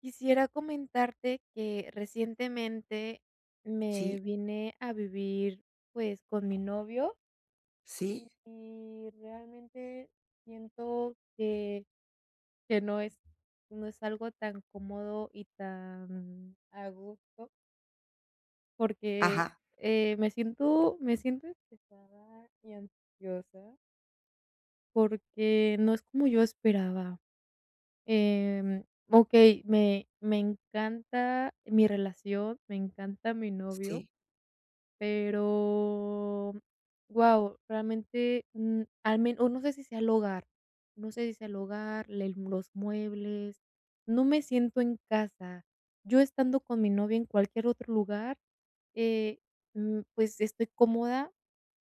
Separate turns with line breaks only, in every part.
Quisiera comentarte que recientemente
Sí,
me vine a vivir, pues, con mi novio y
sí,
y realmente siento que no es no es algo tan cómodo y tan a gusto, porque,
ajá,
me siento estresada y ansiosa porque no es como yo esperaba. Em, okey, me encanta mi relación, me encanta mi novio,
sí,
pero, wow realmente, al menos no sé si sea el hogar, no sé si sea el hogar, el los muebles, no me siento en casa. Yo estando con mi novia en cualquier otro lugar, eh, pues, estoy cómoda,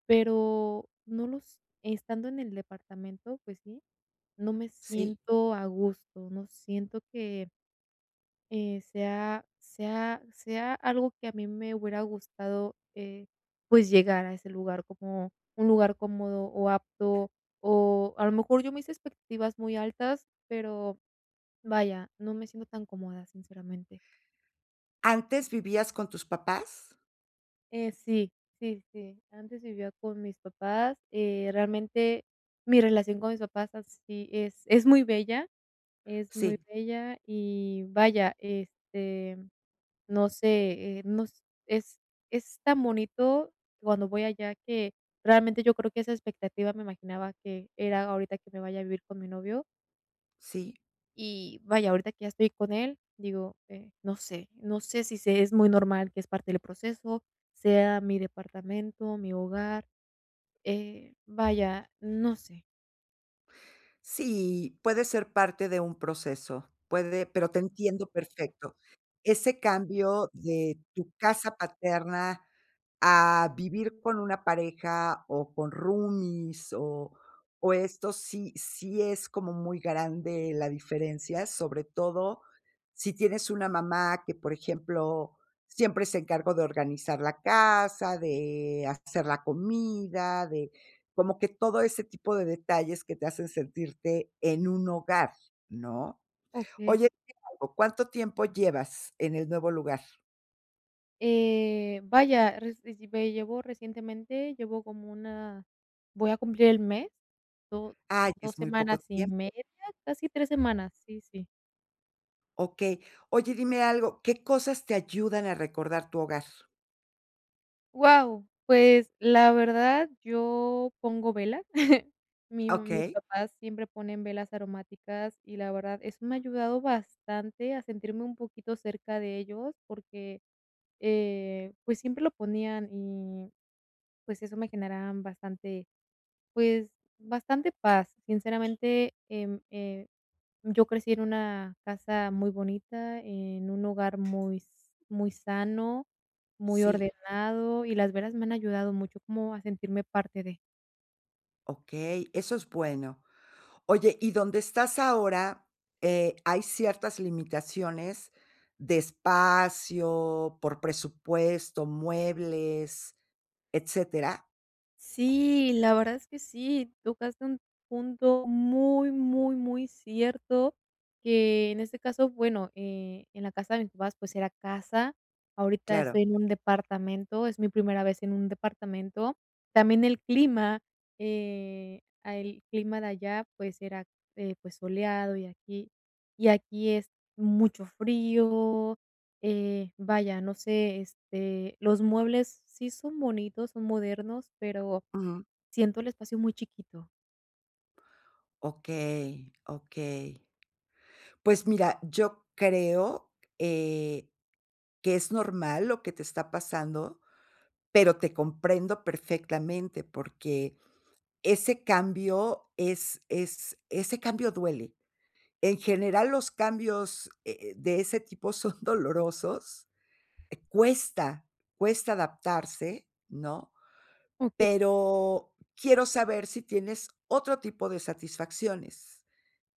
pero no los estando en el departamento, pues sí. No me
sí.
siento a gusto, no siento que, sea algo que a mí me hubiera gustado, pues, llegar a ese lugar como un lugar cómodo o apto, o a lo mejor yo me hice expectativas muy altas, pero vaya, no me siento tan cómoda, sinceramente.
¿Antes vivías con tus papás?
Sí, sí, sí, antes vivía con mis papás, realmente mi relación con mis papás así es muy bella. Es muy
Sí,
bella y vaya, este, no sé, nos es tan bonito cuando voy allá que realmente yo creo que esa expectativa me imaginaba que era ahorita que me vaya a vivir con mi novio
sí,
y vaya, ahorita que ya estoy con él, digo, no sé, no sé si se es muy normal que es parte del proceso, sea mi departamento, mi hogar, vaya, no sé.
sí, puede ser parte de un proceso, puede pero te entiendo perfecto. Ese cambio de tu casa paterna a vivir con una pareja o con roomies o esto sí es como muy grande la diferencia, sobre todo si tienes una mamá que, por ejemplo, siempre se encargó de organizar la casa, de hacer la comida, de como que todo ese tipo de detalles que te hacen sentirte en un hogar, ¿no?
Ok.
Oye, dime algo, ¿cuánto tiempo llevas en el nuevo lugar?
Vaya, recientemente, llevo como una, voy a cumplir el mes, do
Ay,
2
es muy poco
semanas y
tiempo.
media, casi 3 semanas, sí, sí.
Okey. Oye, dime algo, ¿qué cosas te ayudan a recordar tu hogar?
Wow, pues, la verdad, yo pongo velas. Mi mis
Okey,
papás siempre ponen velas aromáticas y la verdad, eso me ha ayudado bastante a sentirme un poquito cerca de ellos porque, pues, siempre lo ponían y, pues, eso me generaban bastante, pues, bastante paz. Sinceramente, yo crecí en una casa muy bonita, en un hogar muy sano, muy
sí,
ordenado, y las velas me han ayudado mucho como a sentirme parte de.
okey, eso es bueno. Oye, ¿y dónde estás ahora, hay ciertas limitaciones de espacio, por presupuesto, muebles, etcétera?
Sí, la verdad es que sí, tocaste un punto muy, muy, muy cierto, que en este caso, bueno, en la casa de mis papás, pues era casa, ahorita
Claro.
estoy en un departamento, es mi primera vez en un departamento, también el clima, el clima de allá, pues era, pues soleado y aquí es mucho frío, vaya, no sé, este, los muebles sí son bonitos, son modernos, pero
Ujú.
siento el espacio muy chiquito.
Okey, okey. Pues mira, yo creo, que es normal lo que te está pasando. Pero te comprendo perfectamente, porque ese cambio es ese cambio duele. En general, los cambios, de ese tipo son dolorosos. Eh, cuesta, cuesta adaptarse, ¿no?
Okey,
Pero quiero saber si tienes otro tipo de satisfacciones,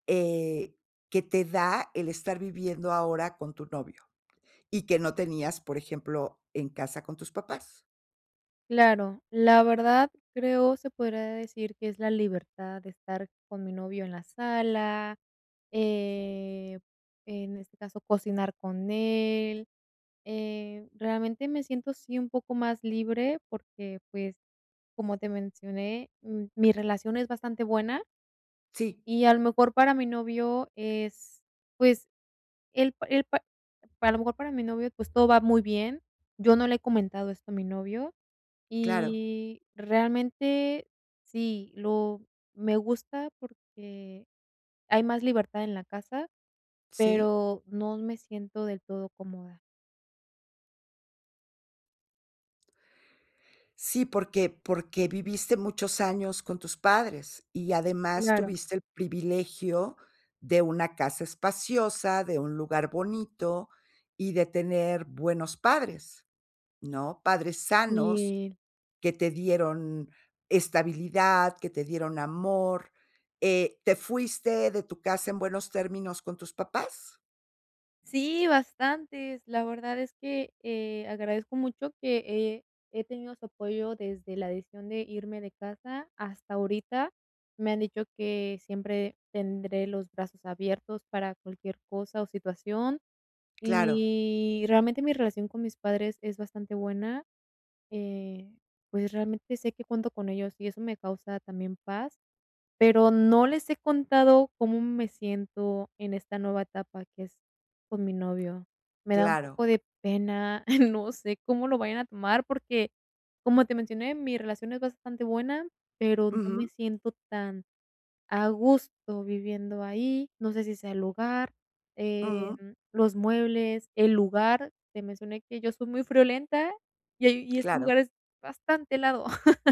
eh, que te da el estar viviendo ahora con tu novio y que no tenías, por ejemplo, en casa con tus papás.
claro. La verdad, creo, se podría decir que es la libertad de estar con mi novio en la sala, eh, en este caso, cocinar con él. Realmente me siento, sí, un poco más libre porque, pues, como te mencioné, mi relación es bastante buena
Sí,
y a lo mejor para mi novio es, pues, él pa a lo mejor para mi novio, pues, todo va muy bien. Yo no le he comentado esto a mi novio.
claro.
Y realmente sí, lo me gusta porque hay más libertad en la casa,
Sí.
pero no me siento del todo cómoda.
Sí, porque viviste muchos años con tus padres y además
Claro.
tuviste el privilegio de una casa espaciosa, de un lugar bonito y de tener buenos padres, ¿no? Padres sanos
Sí,
que te dieron estabilidad, que te dieron amor. ¿Te fuiste de tu casa en buenos términos con tus papás?
sí, bastantes. La verdad es que, agradezco mucho que, eh, he tenido su apoyo desde la decisión de irme de casa hasta ahorita. Me han dicho que siempre tendré los brazos abiertos para cualquier cosa o situación.
Claro,
Y realmente mi relación con mis padres es bastante buena, eh, pues, realmente sé que cuento con ellos y eso me causa también paz, pero no les he contado cómo me siento en esta nueva etapa que es con mi novio. Me da un
claro.
poco de pena, no sé cómo lo vayan a tomar porque, como te mencioné, mi relación es bastante buena, pero no me
Ujú,
siento tan a gusto viviendo ahí, no sé si sea el lugar, em,
ujú,
los muebles, el lugar, te mencioné que yo soy muy friolenta y ese
claro.
lugar es bastante helado.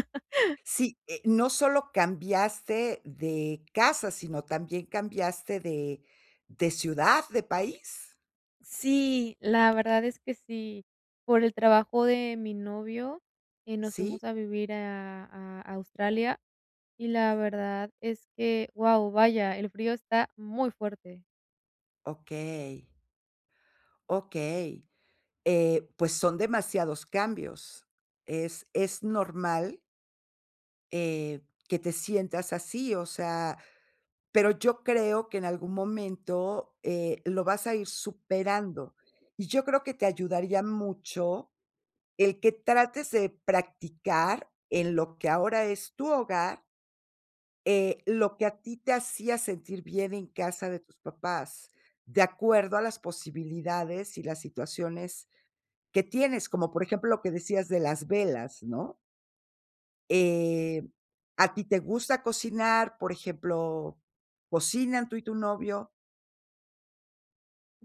Sí, no solo cambiaste de casa, sino también cambiaste de ciudad, de país,
Sí, la verdad es que sí, por el trabajo de mi novio, nos
¿sí?
fuimos a vivir a Australia y la verdad es que, vaya, el frío está muy fuerte.
Okey, okey. Pues son demasiados cambios. Es normal, eh, que te sientas así, o sea, pero yo creo que en algún momento, lo vas a ir superando. Y yo creo que te ayudaría mucho el que trates de practicar en lo que ahora es tu hogar, lo que a ti te hacía sentir bien en casa de tus papás, de acuerdo a las posibilidades y las situaciones que tienes, como por ejemplo lo que decías de las velas, ¿no? Eh, ¿A ti te gusta cocinar? Por ejemplo, ¿cocinan tú y tu novio?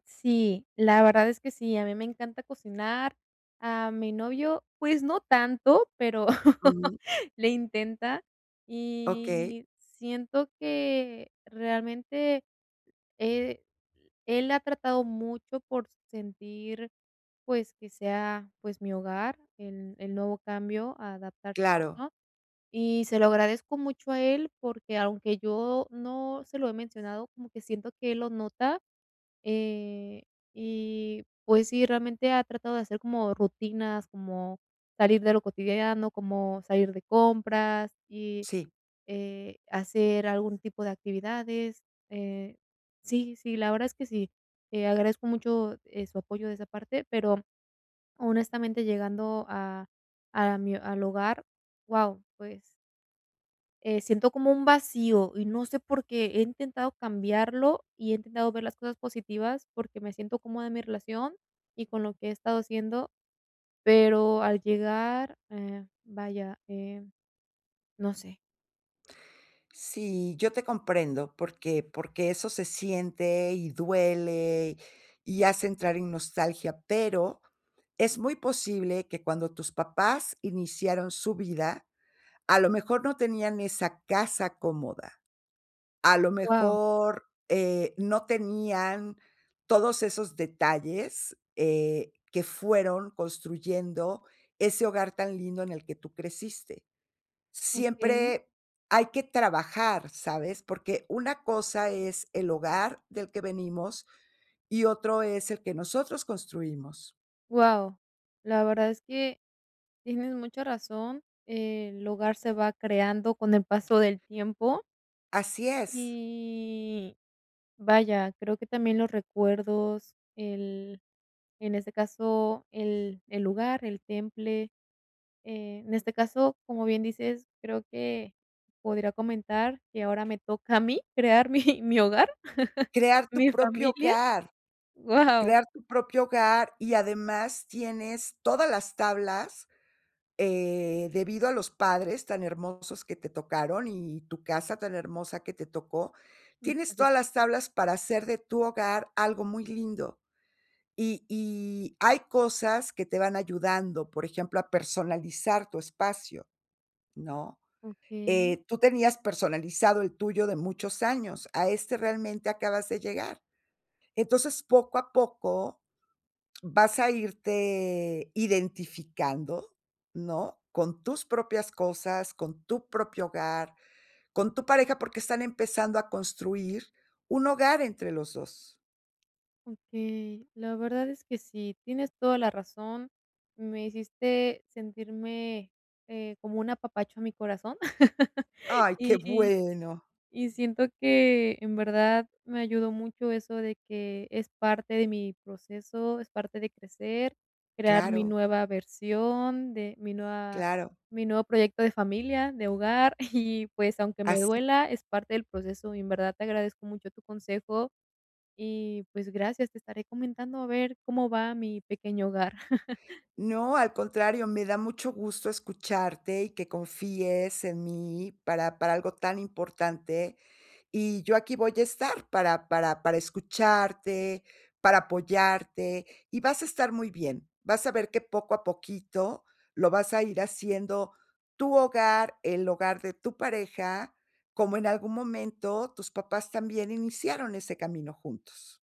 Sí, la verdad es que sí, a mí me encanta cocinar. A mi novio, pues no tanto, pero
Ujú.
le intenta.
Okey,
Y siento que realmente eh, él ha tratado mucho por sentir, pues, que sea, pues, mi hogar, el nuevo cambio, a adaptarse a eso.
claro,
¿No? Y se lo agradezco mucho a él porque aunque yo no se lo he mencionado, como que siento que él lo nota, eh, y pues sí, realmente ha tratado de hacer como rutinas, como salir de lo cotidiano, como salir de compras y,
sí.
hacer algún tipo de actividades. Eh, sí, sí, la verdad es que sí, agradezco mucho, su apoyo de esa parte, pero honestamente llegando a mi al hogar, wow pues, siento como un vacío y no sé por qué. He intentado cambiarlo y he intentado ver las cosas positivas porque me siento cómoda en mi relación y con lo que he estado haciendo, pero al llegar, vaya, no sé.
Sí, yo te comprendo porque eso se siente y duele y hace entrar en nostalgia, pero es muy posible que cuando tus papás iniciaron su vida, a lo mejor no tenían esa casa cómoda, a lo
wow
mejor, no tenían todos esos detalles, que fueron construyendo ese hogar tan lindo en el que tú creciste.
Okey.
Siempre hay que trabajar, ¿sabes? Porque una cosa es el hogar del que venimos y otro es el que nosotros construimos.
wow la verdad es que tienes mucha razón. El hogar se va creando con el paso del tiempo
Así es,
y vaya, creo que también los recuerdos, el en este caso, el lugar, el temple, en este caso, como bien dices, creo que podría comentar que ahora me toca a mí crear mi hogar,
crear tu
mi
propio
familia.
hogar,
wow
crear tu propio hogar y además tienes todas las tablas, debido a los padres tan hermosos que te tocaron y tu casa tan hermosa que te tocó,
Mm,
tienes todas las
adelante.
tablas para hacer de tu hogar algo muy lindo. Y hay cosas que te van ayudando, por ejemplo, a personalizar tu espacio, ¿no?
Okey,
Tú tenías personalizado el tuyo de muchos años, a este realmente acabas de llegar. Entonces, poco a poco vas a irte identificando, ¿no? Con tus propias cosas, con tu propio hogar, con tu pareja, porque están empezando a construir un hogar entre los dos.
okey. La verdad es que sí, tienes toda la razón. Me hiciste sentirme, como un apapacho a mi corazón.
Ay, qué
Y
bueno.
y siento que en verdad me ayudó mucho eso de que es parte de mi proceso, es parte de crecer, crear mi
Claro,
nueva versión, de mi nueva,
claro.
mi nuevo proyecto de familia, de hogar, y pues, aunque me
Así
duela, es parte del proceso, y en verdad te agradezco mucho tu consejo y, pues, gracias, te estaré comentando a ver cómo va mi pequeño hogar.
no, al contrario, me da mucho gusto escucharte y que confíes en mí para algo tan importante. Y yo aquí voy a estar para escucharte, para apoyarte, y vas a estar muy bien. Vas a ver que poco a poquito lo vas a ir haciendo tu hogar, el hogar de tu pareja, como en algún momento tus papás también iniciaron ese camino juntos.